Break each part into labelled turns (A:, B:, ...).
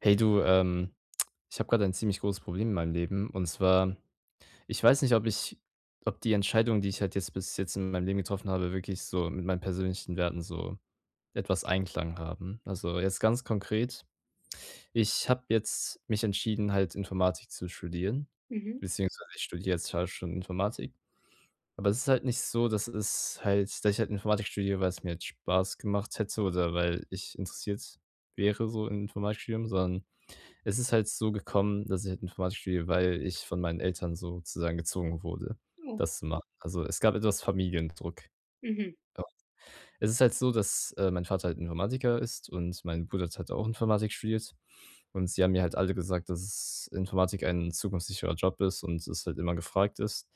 A: Hey du, ich habe gerade ein ziemlich großes Problem in meinem Leben. Und zwar, ich weiß nicht, ob die Entscheidungen, die ich halt jetzt bis jetzt in meinem Leben getroffen habe, wirklich so mit meinen persönlichen Werten so etwas Einklang haben. Also jetzt ganz konkret, ich habe jetzt mich entschieden, halt Informatik zu studieren,
B: Mhm.
A: beziehungsweise ich studiere jetzt halt schon Informatik. Aber es ist halt nicht so, dass ich halt Informatik studiere, weil es mir jetzt Spaß gemacht hätte oder weil ich interessiert wäre so im Informatikstudium, sondern es ist halt so gekommen, dass ich halt Informatik studiere, weil ich von meinen Eltern sozusagen gezwungen wurde,
B: Oh.
A: das zu machen. Also, es gab etwas Familiendruck.
B: Mhm.
A: Ja. Es ist halt so, dass, mein Vater halt Informatiker ist und mein Bruder hat halt auch Informatik studiert. Und sie haben mir halt alle gesagt, dass es Informatik ein zukunftssicherer Job ist und es halt immer gefragt ist.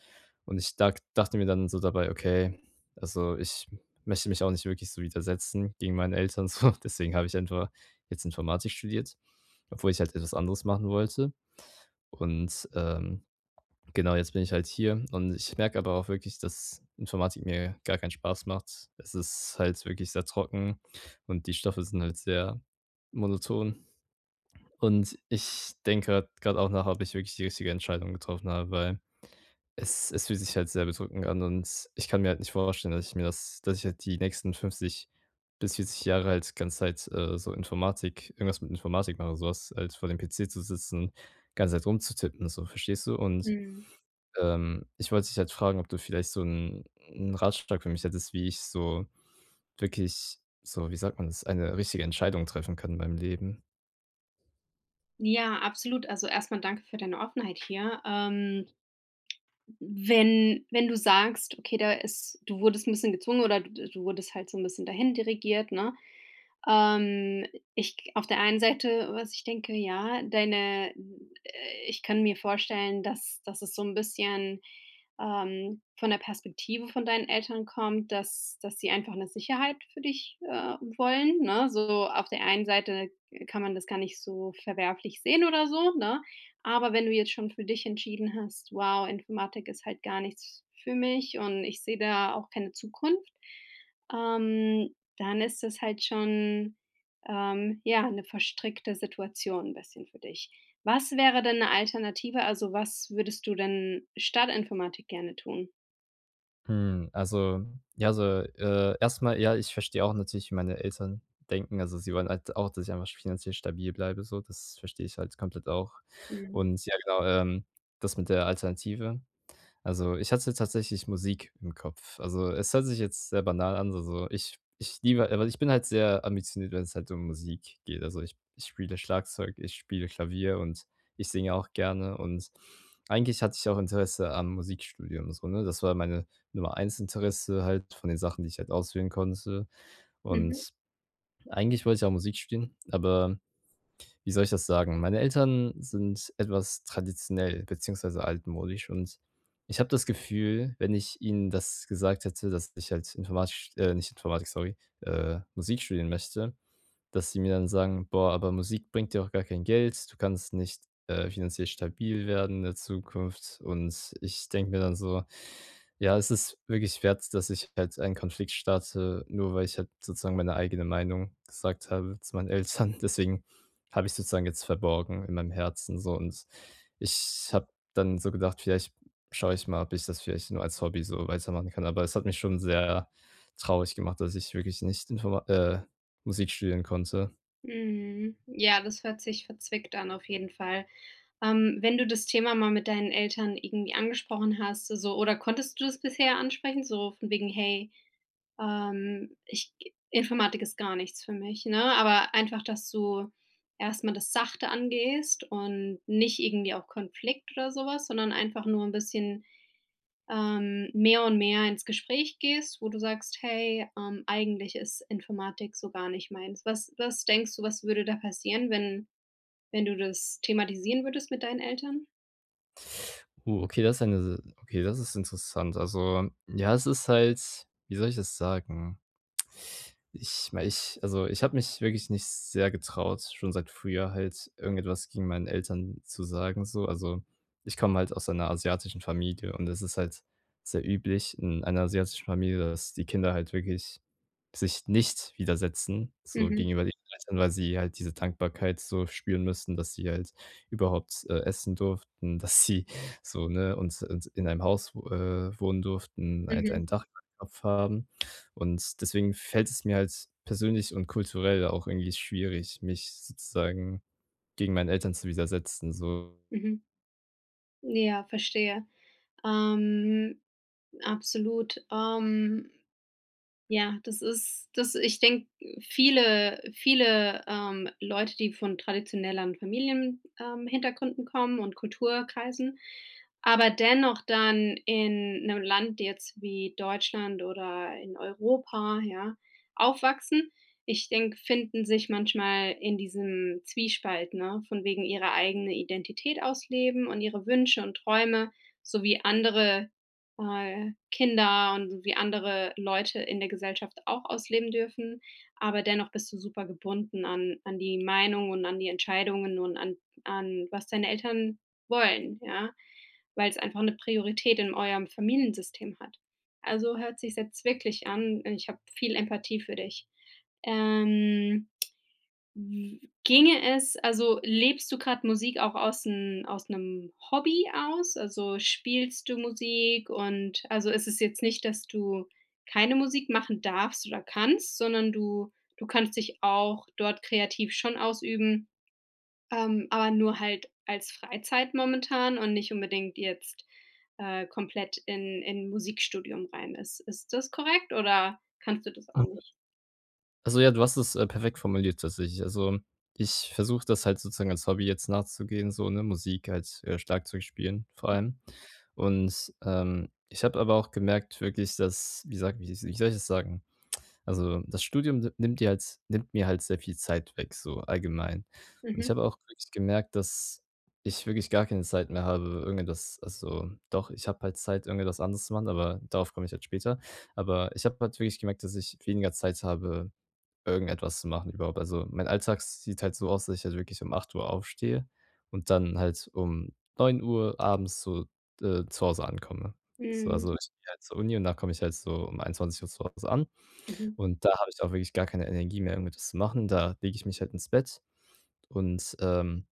A: Und ich dag dachte mir dann so dabei: „Okay, also, ich möchte mich auch nicht wirklich so widersetzen gegen meine Eltern so." Deswegen habe ich einfach jetzt Informatik studiert, obwohl ich halt etwas anderes machen wollte. Und, genau, jetzt bin ich halt hier und ich merke aber auch wirklich, dass Informatik mir gar keinen Spaß macht. Es ist halt wirklich sehr trocken und die Stoffe sind halt sehr monoton. Und ich denke gerade auch nach, ob ich wirklich die richtige Entscheidung getroffen habe, weil es fühlt sich halt sehr bedrückend an und ich kann mir halt nicht vorstellen, dass ich halt die nächsten 50 bis 40 Jahre halt ganze Zeit, so Informatik irgendwas mit Informatik mache, so was halt vor dem PC zu sitzen, ganze Zeit rumzutippen, so, verstehst du? Und,
B: Mhm.
A: ich wollte dich halt fragen, ob du vielleicht so einen 'n Ratschlag für mich hättest, wie ich so wirklich so, wie sagt man das, eine richtige Entscheidung treffen kann in meinem Leben?
B: Ja, absolut. Also, erstmal danke für deine Offenheit hier. Wenn du sagst, okay, da ist du wurdest ein bisschen gezwungen oder du wurdest halt so ein bisschen dahin dirigiert, ne? Ähm, ich auf der einen Seite, was ich denke, ja, deine ich kann mir vorstellen, dass es so ein bisschen, von der Perspektive von deinen Eltern kommt, dass sie einfach eine Sicherheit für dich, wollen, ne? So auf der einen Seite kann man das gar nicht so verwerflich sehen oder so, ne? Aber wenn du jetzt schon für dich entschieden hast: „Wow, Informatik ist halt gar nichts für mich und ich sehe da auch keine Zukunft", ähm dann ist es halt schon, ja, eine verstrickte Situation ein bisschen für dich. Was wäre denn eine Alternative? Also, was würdest du denn statt Informatik gerne tun?
A: Hm, also, ja, so, erst ja, ich verstehe auch natürlich, wie meine Eltern denken. Also, sie wollen halt auch, dass ich einfach finanziell stabil bleibe so. Das verstehe ich halt komplett auch.
B: Mhm.
A: Und ja, genau, das mit der Alternative, also, ich hatte tatsächlich Musik im Kopf. Also, es hört sich jetzt sehr banal an, also ich ich liebe aber ich bin halt sehr ambitioniert, wenn es halt um Musik geht. Also, ich spiele Schlagzeug, ich spiele Klavier und ich singe auch gerne und eigentlich hatte ich auch Interesse am Musikstudium so, ne? Das war meine Nummer eins Interesse halt von den Sachen, die ich halt auswählen konnte
B: Mhm.
A: und eigentlich wollte ich auch Musik studieren, aber wie soll ich das sagen? Meine Eltern sind etwas traditionell beziehungsweise altmodisch und ich habe das Gefühl, wenn ich ihnen das gesagt hätte, dass ich halt Informatik, nicht Informatik, sorry, Musik studieren möchte, dass sie mir dann sagen: „Boah, aber Musik bringt dir auch gar kein Geld. Du kannst nicht, finanziell stabil werden in der Zukunft." Und ich denke mir dann so: „Ja, es ist wirklich wert, dass ich halt einen Konflikt starte, nur weil ich halt sozusagen meine eigene Meinung gesagt habe zu meinen Eltern." Deswegen habe ich sozusagen jetzt verborgen in meinem Herzen so und ich habe dann so gedacht, vielleicht schaue ich mal, ob ich das vielleicht nur als Hobby so weitermachen kann. Aber es hat mich schon sehr traurig gemacht, dass ich wirklich nicht informa Musik studieren konnte.
B: Mhm. Ja, das hört sich verzwickt an auf jeden Fall. Wenn du das Thema mal mit deinen Eltern irgendwie angesprochen hast, so oder konntest du das bisher ansprechen, so von wegen: „Hey". Ich Informatik ist gar nichts für mich, ne? Aber einfach, dass du erst mal das sachte angehst und nicht irgendwie auf Konflikt oder sowas, sondern einfach nur ein bisschen, mehr und mehr ins Gespräch gehst, wo du sagst: „Hey, eigentlich ist Informatik so gar nicht meins." Was denkst du, was würde da passieren, wenn du das thematisieren würdest mit deinen Eltern?
A: Okay, das ist eine okay, das ist interessant. Also, ja, es ist halt, wie soll ich das sagen? Ich mei ich also, ich habe mich wirklich nicht sehr getraut, schon seit früher halt irgendetwas gegen meinen Eltern zu sagen so. Also, ich komme halt aus einer asiatischen Familie und es ist halt sehr üblich in einer asiatischen Familie, dass die Kinder halt wirklich sich nicht widersetzen, so
B: Mhm,
A: gegenüber den Eltern, weil sie halt diese Dankbarkeit so spüren müssen, dass sie halt überhaupt, essen durften, dass sie so, ne, und in einem Haus, wo wohnen durften, halt
B: mhm,
A: ein Dach über dem Kopf haben. Und deswegen fällt es mir halt persönlich und kulturell auch irgendwie schwierig, mich sozusagen gegen meine Eltern zu widersetzen, so.
B: mhm. Ja, verstehe. Ähm, absolut. Ja, das ist das ich denke, viele, Leute, die von traditionelleren Familienhintergründen Hintergründen kommen und Kulturkreisen, aber dennoch dann in einem Land jetzt wie Deutschland oder in Europa, ja, aufwachsen, ich denke, finden sich manchmal in diesem Zwiespalt, ne, von wegen ihre eigene Identität ausleben und ihre Wünsche und Träume sowie andere Kinder und wie andere Leute in der Gesellschaft auch ausleben dürfen, aber dennoch bist du super gebunden an an die Meinung und an die Entscheidungen und an was deine Eltern wollen, ja, weil es einfach eine Priorität in eurem Familiensystem hat. Also, hört sich jetzt wirklich an, ich habe viel Empathie für dich. Ähm W Ginge es also, lebst du gerade Musik auch aus 'n aus 'nem Hobby aus? Also, spielst du Musik und also, ist es jetzt nicht, dass du keine Musik machen darfst oder kannst, sondern du kannst dich auch dort kreativ schon ausüben, aber nur halt als Freizeit momentan und nicht unbedingt jetzt, komplett in Musikstudium rein. Ist das korrekt oder kannst du das auch nicht?
A: Also ja, du hast es, perfekt formuliert tatsächlich. Also, ich versuche das halt sozusagen als Hobby jetzt nachzugehen, so, ne, Musik halt, Schlagzeug spielen vor allem. Und, ich habe aber auch gemerkt wirklich, dass, wie soll ich das sagen? Also, das Studium ni nimmt dir halt nimmt mir halt sehr viel Zeit weg, so allgemein. Und ich
B: Mhm.
A: habe auch wirklich gemerkt, dass ich wirklich gar keine Zeit mehr habe, irgendetwas, also doch, ich habe halt Zeit, irgendetwas anderes zu machen, aber darauf komme ich halt später. Aber ich habe halt wirklich gemerkt, dass ich weniger Zeit habe, irgendetwas zu machen überhaupt. Also, mein Alltag sieht halt so aus, dass ich halt wirklich um 8 Uhr aufstehe und dann halt um 9 Uhr abends so, zu Hause ankomme. So,
B: Mhm.
A: also, ich gehe halt zur Uni und da komme ich halt so um 21 Uhr zu Hause an
B: Mhm.
A: und da habe ich auch wirklich gar keine Energie mehr, irgendetwas zu machen. Da lege ich mich halt ins Bett und, ähm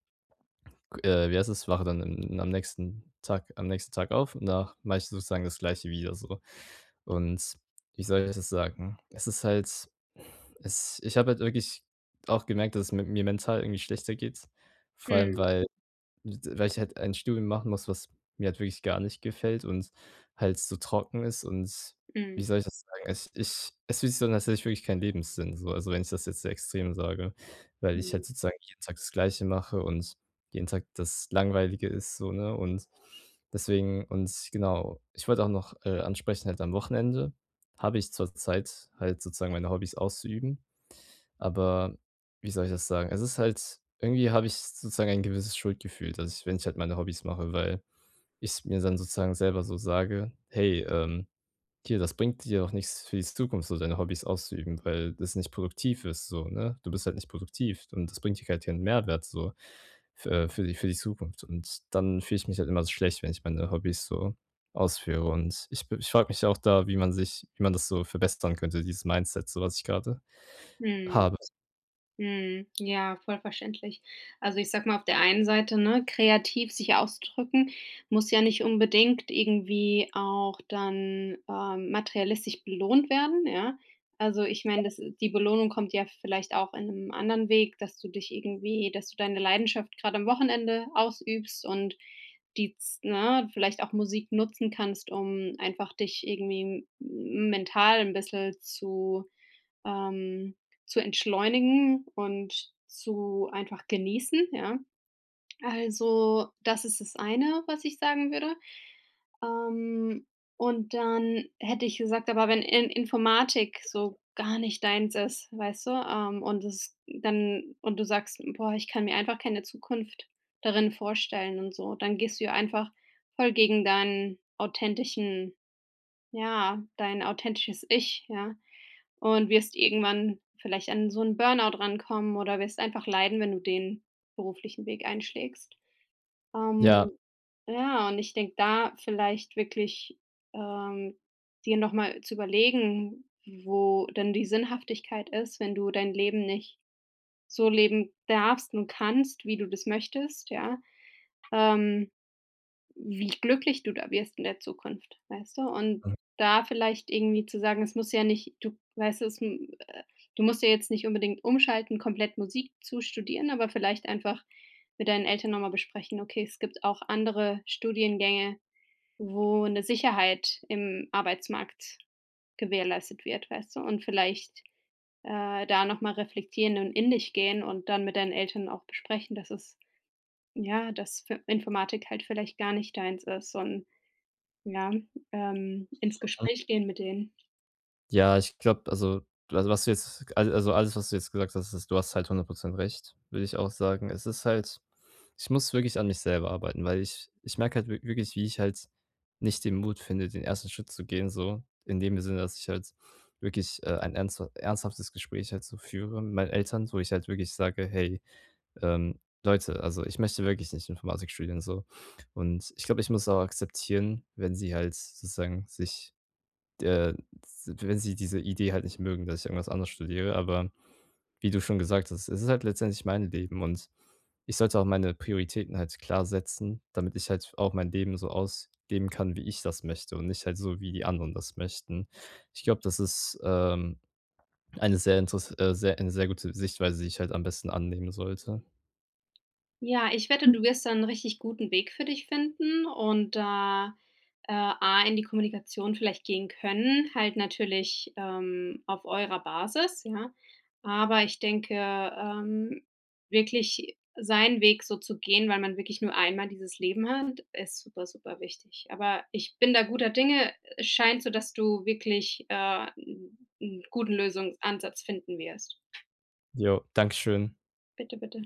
A: äh, wie heißt es, wache dann im am nächsten Tag auf und da mache ich sozusagen das Gleiche wieder so. Und wie soll ich das sagen? Es ist halt es Ich habe halt wirklich auch gemerkt, dass es mit mir mental irgendwie schlechter geht, vor allem,
B: Mhm.
A: weil ich halt ein Studium machen muss, was mir halt wirklich gar nicht gefällt und halt so trocken ist und, wie
B: Mhm.
A: soll ich das sagen? Es fühlt sich so an, als hätte ich wirklich keinen Lebenssinn so, also wenn ich das jetzt sehr extrem sage, weil ich
B: Mhm.
A: halt sozusagen jeden Tag das Gleiche mache und jeden Tag das Langweilige ist so, ne? Und deswegen, und genau, ich wollte auch noch, ansprechen, halt am Wochenende habe ich zur Zeit halt sozusagen meine Hobbys auszuüben. Aber wie soll ich das sagen? Es ist halt irgendwie, habe ich sozusagen ein gewisses Schuldgefühl, dass ich, wenn ich halt meine Hobbys mache, weil ich mir dann sozusagen selber so sage: „Hey, hier, das bringt dir doch nichts für die Zukunft, so deine Hobbys auszuüben, weil das nicht produktiv ist so, ne? Du bist halt nicht produktiv und das bringt dir halt keinen Mehrwert so, f für die Zukunft." Und dann fühle ich mich halt immer so schlecht, wenn ich meine Hobbys so ausführe. Und ich frage mich auch da, wie man das so verbessern könnte, dieses Mindset, so was ich gerade
B: Mhm,
A: habe.
B: mhm. Ja, voll verständlich. Also, ich sag mal, auf der einen Seite, ne, kreativ sich auszudrücken, muss ja nicht unbedingt irgendwie auch dann, materialistisch belohnt werden, ja? Also, ich meine, das die Belohnung kommt ja vielleicht auch in einem anderen Weg, dass du deine Leidenschaft gerade am Wochenende ausübst und die z ne, vielleicht auch Musik nutzen kannst, um einfach dich irgendwie m mental ein bisschen ähm, zu entschleunigen und zu einfach genießen, ja. Also, das ist das eine, was ich sagen würde. Ähm, und dann hätte ich gesagt, aber wenn In Informatik so gar nicht deins ist, weißt du, und es dann und du sagst: „Boah, ich kann mir einfach keine Zukunft darin vorstellen" und so, dann gehst du ja einfach voll gegen deinen authentischen ja, dein authentisches Ich, ja. Und wirst irgendwann vielleicht an so 'n Burnout rankommen oder wirst einfach leiden, wenn du den beruflichen Weg einschlägst. Ähm,
A: Ja.
B: ja, und ich denke da vielleicht wirklich, ähm, dir noch mal zu überlegen, wo denn die Sinnhaftigkeit ist, wenn du dein Leben nicht so leben darfst und kannst, wie du das möchtest, ja. Ähm wie glücklich du da wirst in der Zukunft, weißt du? Und da vielleicht irgendwie zu sagen, es muss ja nicht, du weißt du, es m du musst ja jetzt nicht unbedingt umschalten, komplett Musik zu studieren, aber vielleicht einfach mit deinen Eltern noch mal besprechen: „Okay, es gibt auch andere Studiengänge, wo eine Sicherheit im Arbeitsmarkt gewährleistet wird", weißt du? Und vielleicht, da noch mal reflektieren und in dich gehen und dann mit deinen Eltern auch besprechen, dass es ja, dass Fi Informatik halt vielleicht gar nicht deins ist und ja, ins Gespräch gehen mit denen.
A: Ja, ich glaube, also, was du jetzt alles, was du jetzt gesagt hast, ist, du hast halt 100% recht, würde ich auch sagen. Es ist halt Ich muss wirklich an mich selber arbeiten, weil ich merke halt wirklich, wie ich halt nicht den Mut finde, den ersten Schritt zu gehen so, in dem Sinne, dass ich halt wirklich, ein ernsthaftes Gespräch halt so führe mit meinen Eltern, wo ich halt wirklich sage: „Hey, ähm, Leute, also, ich möchte wirklich nicht Informatik studieren so." Und ich glaube, ich muss auch akzeptieren, wenn sie halt sozusagen sich äh, wenn sie diese Idee halt nicht mögen, dass ich irgendwas anderes studiere, aber wie du schon gesagt hast, es ist halt letztendlich mein Leben und ich sollte auch meine Prioritäten halt klar setzen, damit ich halt auch mein Leben so ausleben kann, wie ich das möchte und nicht halt so, wie die anderen das möchten. Ich glaube, das ist, eine sehr gute Sichtweise, die ich halt am besten annehmen sollte.
B: Ja, ich wette, du wirst da 'n richtig guten Weg für dich finden und da, A, in die Kommunikation vielleicht gehen können, halt natürlich, auf eurer Basis, ja. Aber ich denke, wirklich seinen Weg so zu gehen, weil man wirklich nur einmal dieses Leben hat, ist super, super wichtig. Aber ich bin da guter Dinge. Es scheint so, dass du wirklich, 'n guten Lösungsansatz finden wirst.
A: Jo, dankeschön.
B: Bitte, bitte.